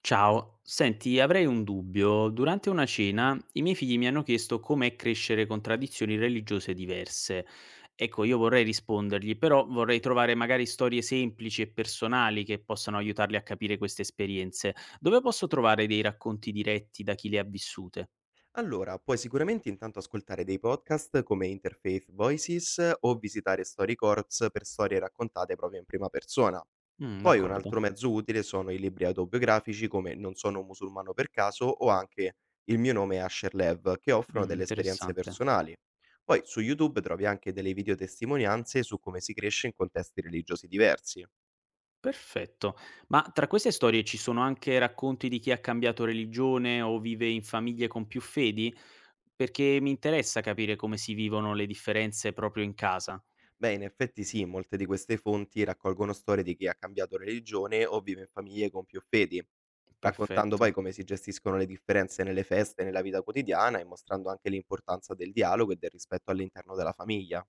Ciao, senti, avrei un dubbio. Durante una cena i miei figli mi hanno chiesto com'è crescere con tradizioni religiose diverse. Ecco, io vorrei rispondergli, però vorrei trovare magari storie semplici e personali che possano aiutarli a capire queste esperienze. Dove posso trovare dei racconti diretti da chi le ha vissute? Allora, puoi sicuramente intanto ascoltare dei podcast come Interfaith Voices o visitare Story Corps per storie raccontate proprio in prima persona. Mm, Poi un d'accordo. altro mezzo utile sono i libri autobiografici come Non sono un musulmano per caso o anche Il mio nome è Asher Lev, che offrono Mm, delle esperienze interessante. personali. Poi su YouTube trovi anche delle videotestimonianze su come si cresce in contesti religiosi diversi. Perfetto. Ma tra queste storie ci sono anche racconti di chi ha cambiato religione o vive in famiglie con più fedi? Perché mi interessa capire come si vivono le differenze proprio in casa. Beh, in effetti sì, molte di queste fonti raccolgono storie di chi ha cambiato religione o vive in famiglie con più fedi, raccontando Perfetto. poi come si gestiscono le differenze nelle feste e nella vita quotidiana e mostrando anche l'importanza del dialogo e del rispetto all'interno della famiglia.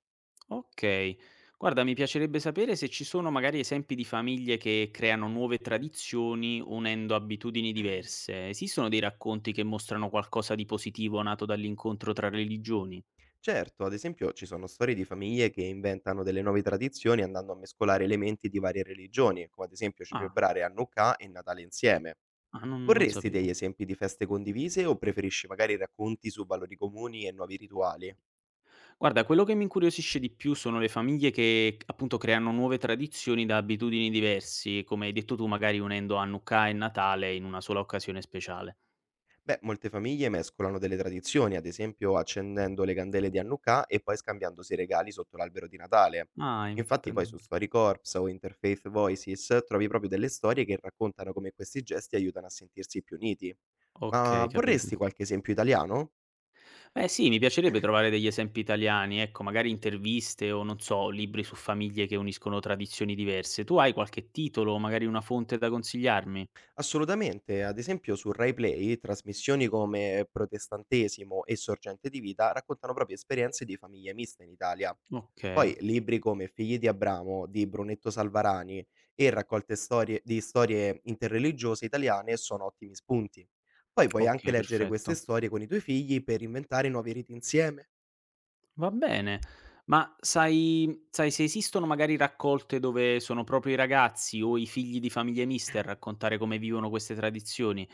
Ok. Guarda, mi piacerebbe sapere se ci sono magari esempi di famiglie che creano nuove tradizioni unendo abitudini diverse. Esistono dei racconti che mostrano qualcosa di positivo nato dall'incontro tra religioni? Certo, ad esempio ci sono storie di famiglie che inventano delle nuove tradizioni andando a mescolare elementi di varie religioni, come ad esempio Ah, celebrare Hanukkah e Natale insieme. Non Vorresti degli sapevo. esempi di feste condivise o preferisci magari racconti su valori comuni e nuovi rituali? Guarda, quello che mi incuriosisce di più sono le famiglie che appunto creano nuove tradizioni da abitudini diversi, come hai detto tu, magari unendo Hanukkah e Natale in una sola occasione speciale. Beh, molte famiglie mescolano delle tradizioni, ad esempio accendendo le candele di Hanukkah e poi scambiandosi i regali sotto l'albero di Natale. Ah, in Infatti poi pen- su Story Corps o Interfaith Voices trovi proprio delle storie che raccontano come questi gesti aiutano a sentirsi più uniti. ok, Ma capito. vorresti qualche esempio italiano? Beh sì, mi piacerebbe trovare degli esempi italiani, ecco, magari interviste o non so, libri su famiglie che uniscono tradizioni diverse. Tu hai qualche titolo o magari una fonte da consigliarmi? Assolutamente, ad esempio su Rai Play trasmissioni come Protestantesimo e Sorgente di vita raccontano proprio esperienze di famiglie miste in Italia. Ok, Poi libri come Figli di Abramo di Brunetto Salvarani e raccolte storie, di storie interreligiose italiane sono ottimi spunti. Poi puoi anche ok, leggere queste perfetto. storie con i tuoi figli per inventare nuovi riti insieme. Va bene, ma sai se esistono magari raccolte dove sono proprio i ragazzi o i figli di famiglie miste a raccontare come vivono queste tradizioni?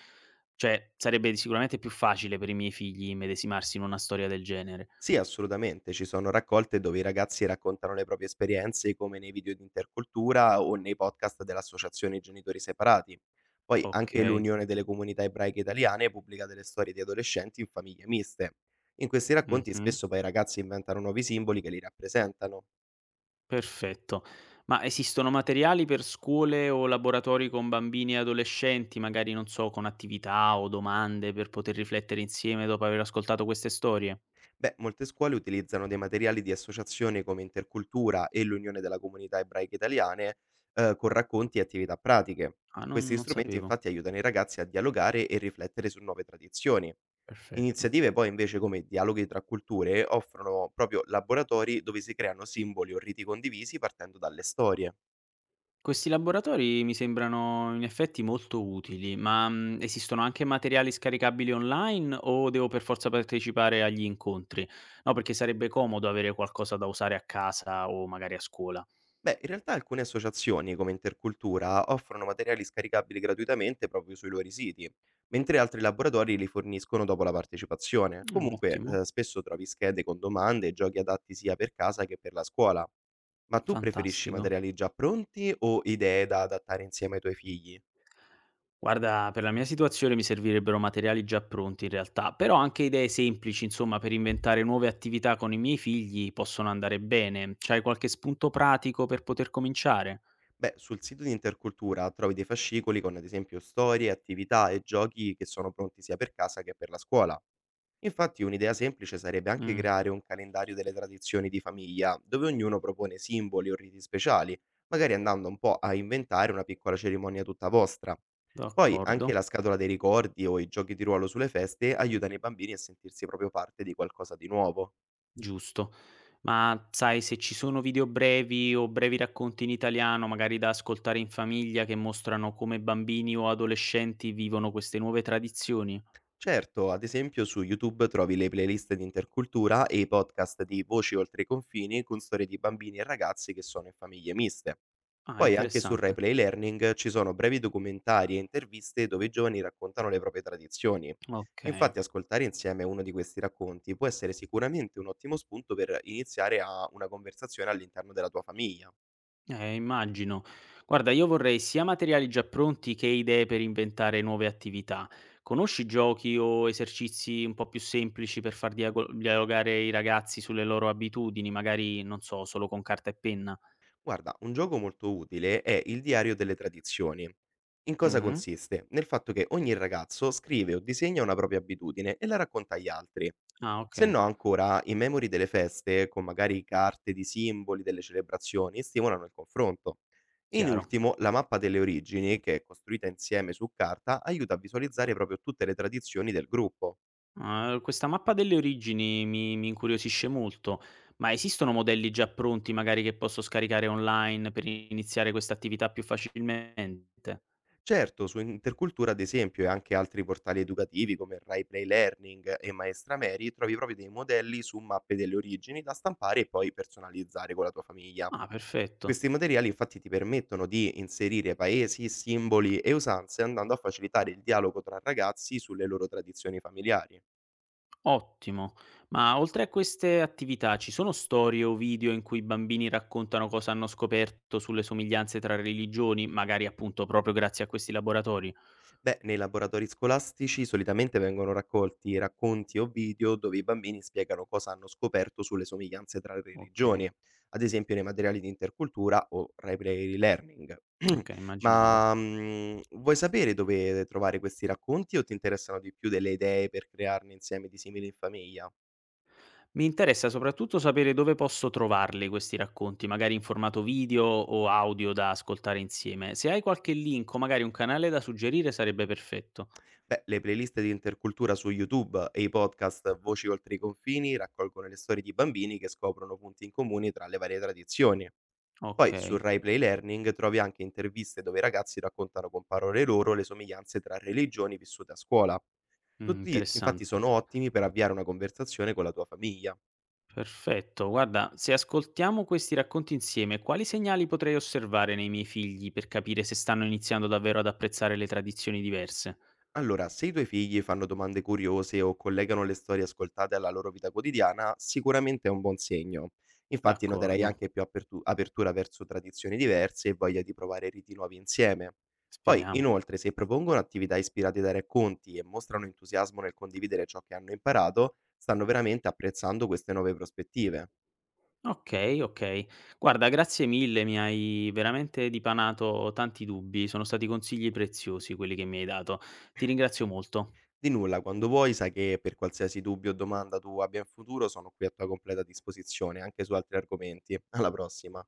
Cioè, sarebbe sicuramente più facile per i miei figli immedesimarsi in una storia del genere. Sì, assolutamente. Ci sono raccolte dove i ragazzi raccontano le proprie esperienze, come nei video di intercultura o nei podcast dell'Associazione Genitori Separati. Poi anche Okay, l'Unione delle Comunità Ebraiche Italiane pubblica delle storie di adolescenti in famiglie miste. In questi racconti mh-mh, spesso poi i ragazzi inventano nuovi simboli che li rappresentano. perfetto. Ma esistono materiali per scuole o laboratori con bambini e adolescenti, magari, non so, con attività o domande per poter riflettere insieme dopo aver ascoltato queste storie? Beh, molte scuole utilizzano dei materiali di associazione come Intercultura e l'Unione della Comunità Ebraica Italiane, con racconti e attività pratiche. Ah, non Questi non strumenti sapevo. infatti aiutano i ragazzi a dialogare e riflettere su nuove tradizioni. Perfetto. Iniziative poi invece come Dialoghi tra culture offrono proprio laboratori dove si creano simboli o riti condivisi partendo dalle storie. Questi laboratori mi sembrano in effetti molto utili, ma, mhmm, esistono anche materiali scaricabili online o devo per forza partecipare agli incontri? No, perché sarebbe comodo avere qualcosa da usare a casa o magari a scuola. Beh, in realtà alcune associazioni, come Intercultura, offrono materiali scaricabili gratuitamente proprio sui loro siti, mentre altri laboratori li forniscono dopo la partecipazione. Comunque, Ottimo, spesso trovi schede con domande e giochi adatti sia per casa che per la scuola. Ma tu preferisci fantastico. materiali già pronti o idee da adattare insieme ai tuoi figli? Guarda, per la mia situazione mi servirebbero materiali già pronti in realtà, però anche idee semplici, insomma, per inventare nuove attività con i miei figli possono andare bene. C'hai qualche spunto pratico per poter cominciare? Beh, sul sito di Intercultura trovi dei fascicoli con ad esempio storie, attività e giochi che sono pronti sia per casa che per la scuola. Infatti un'idea semplice sarebbe anche Mh, creare un calendario delle tradizioni di famiglia, dove ognuno propone simboli o riti speciali, magari andando un po' a inventare una piccola cerimonia tutta vostra. Poi d'accordo. anche la scatola dei ricordi o i giochi di ruolo sulle feste aiutano i bambini a sentirsi proprio parte di qualcosa di nuovo. Giusto. Ma sai se ci sono video brevi o brevi racconti in italiano, magari da ascoltare in famiglia, che mostrano come bambini o adolescenti vivono queste nuove tradizioni? Certo, ad esempio su YouTube trovi le playlist di intercultura e i podcast di Voci oltre i confini con storie di bambini e ragazzi che sono in famiglie miste. Ah, Poi anche su interessante. RaiPlay Learning ci sono brevi documentari e interviste dove i giovani raccontano le proprie tradizioni. Okay. Infatti ascoltare insieme uno di questi racconti può essere sicuramente un ottimo spunto per iniziare a una conversazione all'interno della tua famiglia. Immagino. Guarda, io vorrei sia materiali già pronti che idee per inventare nuove attività. Conosci giochi o esercizi un po' più semplici per far dialogare i ragazzi sulle loro abitudini, magari, non so, solo con carta e penna? Guarda, un gioco molto utile è il diario delle tradizioni. In cosa Mh-mh. consiste? Nel fatto che ogni ragazzo scrive o disegna una propria abitudine e la racconta agli altri. Ah, Se okay, no, ancora, i memori delle feste, con magari carte di simboli delle celebrazioni, stimolano il confronto. In chiaro. ultimo, la mappa delle origini, che è costruita insieme su carta, aiuta a visualizzare proprio tutte le tradizioni del gruppo. Ah, questa mappa delle origini mi incuriosisce molto, ma esistono modelli già pronti magari che posso scaricare online per iniziare questa attività più facilmente? Certo, su Intercultura ad esempio e anche altri portali educativi come Rai Play Learning e Maestra Mary trovi proprio dei modelli su mappe delle origini da stampare e poi personalizzare con la tua famiglia. Ah, perfetto. Questi materiali infatti ti permettono di inserire paesi, simboli e usanze andando a facilitare il dialogo tra ragazzi sulle loro tradizioni familiari. Ottimo. Ma oltre a queste attività, ci sono storie o video in cui i bambini raccontano cosa hanno scoperto sulle somiglianze tra religioni, magari appunto proprio grazie a questi laboratori? Beh, nei laboratori scolastici solitamente vengono raccolti racconti o video dove i bambini spiegano cosa hanno scoperto sulle somiglianze tra le Ok, religioni, ad esempio nei materiali di intercultura o library learning. ok, immaginavo. Ma vuoi sapere dove trovare questi racconti o ti interessano di più delle idee per crearne insieme di simili in famiglia? Mi interessa soprattutto sapere dove posso trovarli questi racconti, magari in formato video o audio da ascoltare insieme. Se hai qualche link o magari un canale da suggerire sarebbe perfetto. Beh, le playlist di intercultura su YouTube e i podcast Voci oltre i confini raccolgono le storie di bambini che scoprono punti in comune tra le varie tradizioni. Ok, Poi su RaiPlay Learning trovi anche interviste dove i ragazzi raccontano con parole loro le somiglianze tra religioni vissute a scuola. mm, Infatti interessante. sono ottimi per avviare una conversazione con la tua famiglia. Perfetto, guarda, se ascoltiamo questi racconti insieme, quali segnali potrei osservare nei miei figli per capire se stanno iniziando davvero ad apprezzare le tradizioni diverse? Allora, se i tuoi figli fanno domande curiose o collegano le storie ascoltate alla loro vita quotidiana, sicuramente è un buon segno. Infatti noterai D'accordo, anche più apertura verso tradizioni diverse e voglia di provare riti nuovi insieme. Poi, speriamo. inoltre, se propongono attività ispirate dai racconti e mostrano entusiasmo nel condividere ciò che hanno imparato, stanno veramente apprezzando queste nuove prospettive. Okay, okay. Guarda, grazie mille, mi hai veramente dipanato tanti dubbi, sono stati consigli preziosi quelli che mi hai dato. Ti ringrazio molto. Di nulla, quando vuoi, sai che per qualsiasi dubbio o domanda tu abbia in futuro, sono qui a tua completa disposizione, anche su altri argomenti. Alla prossima!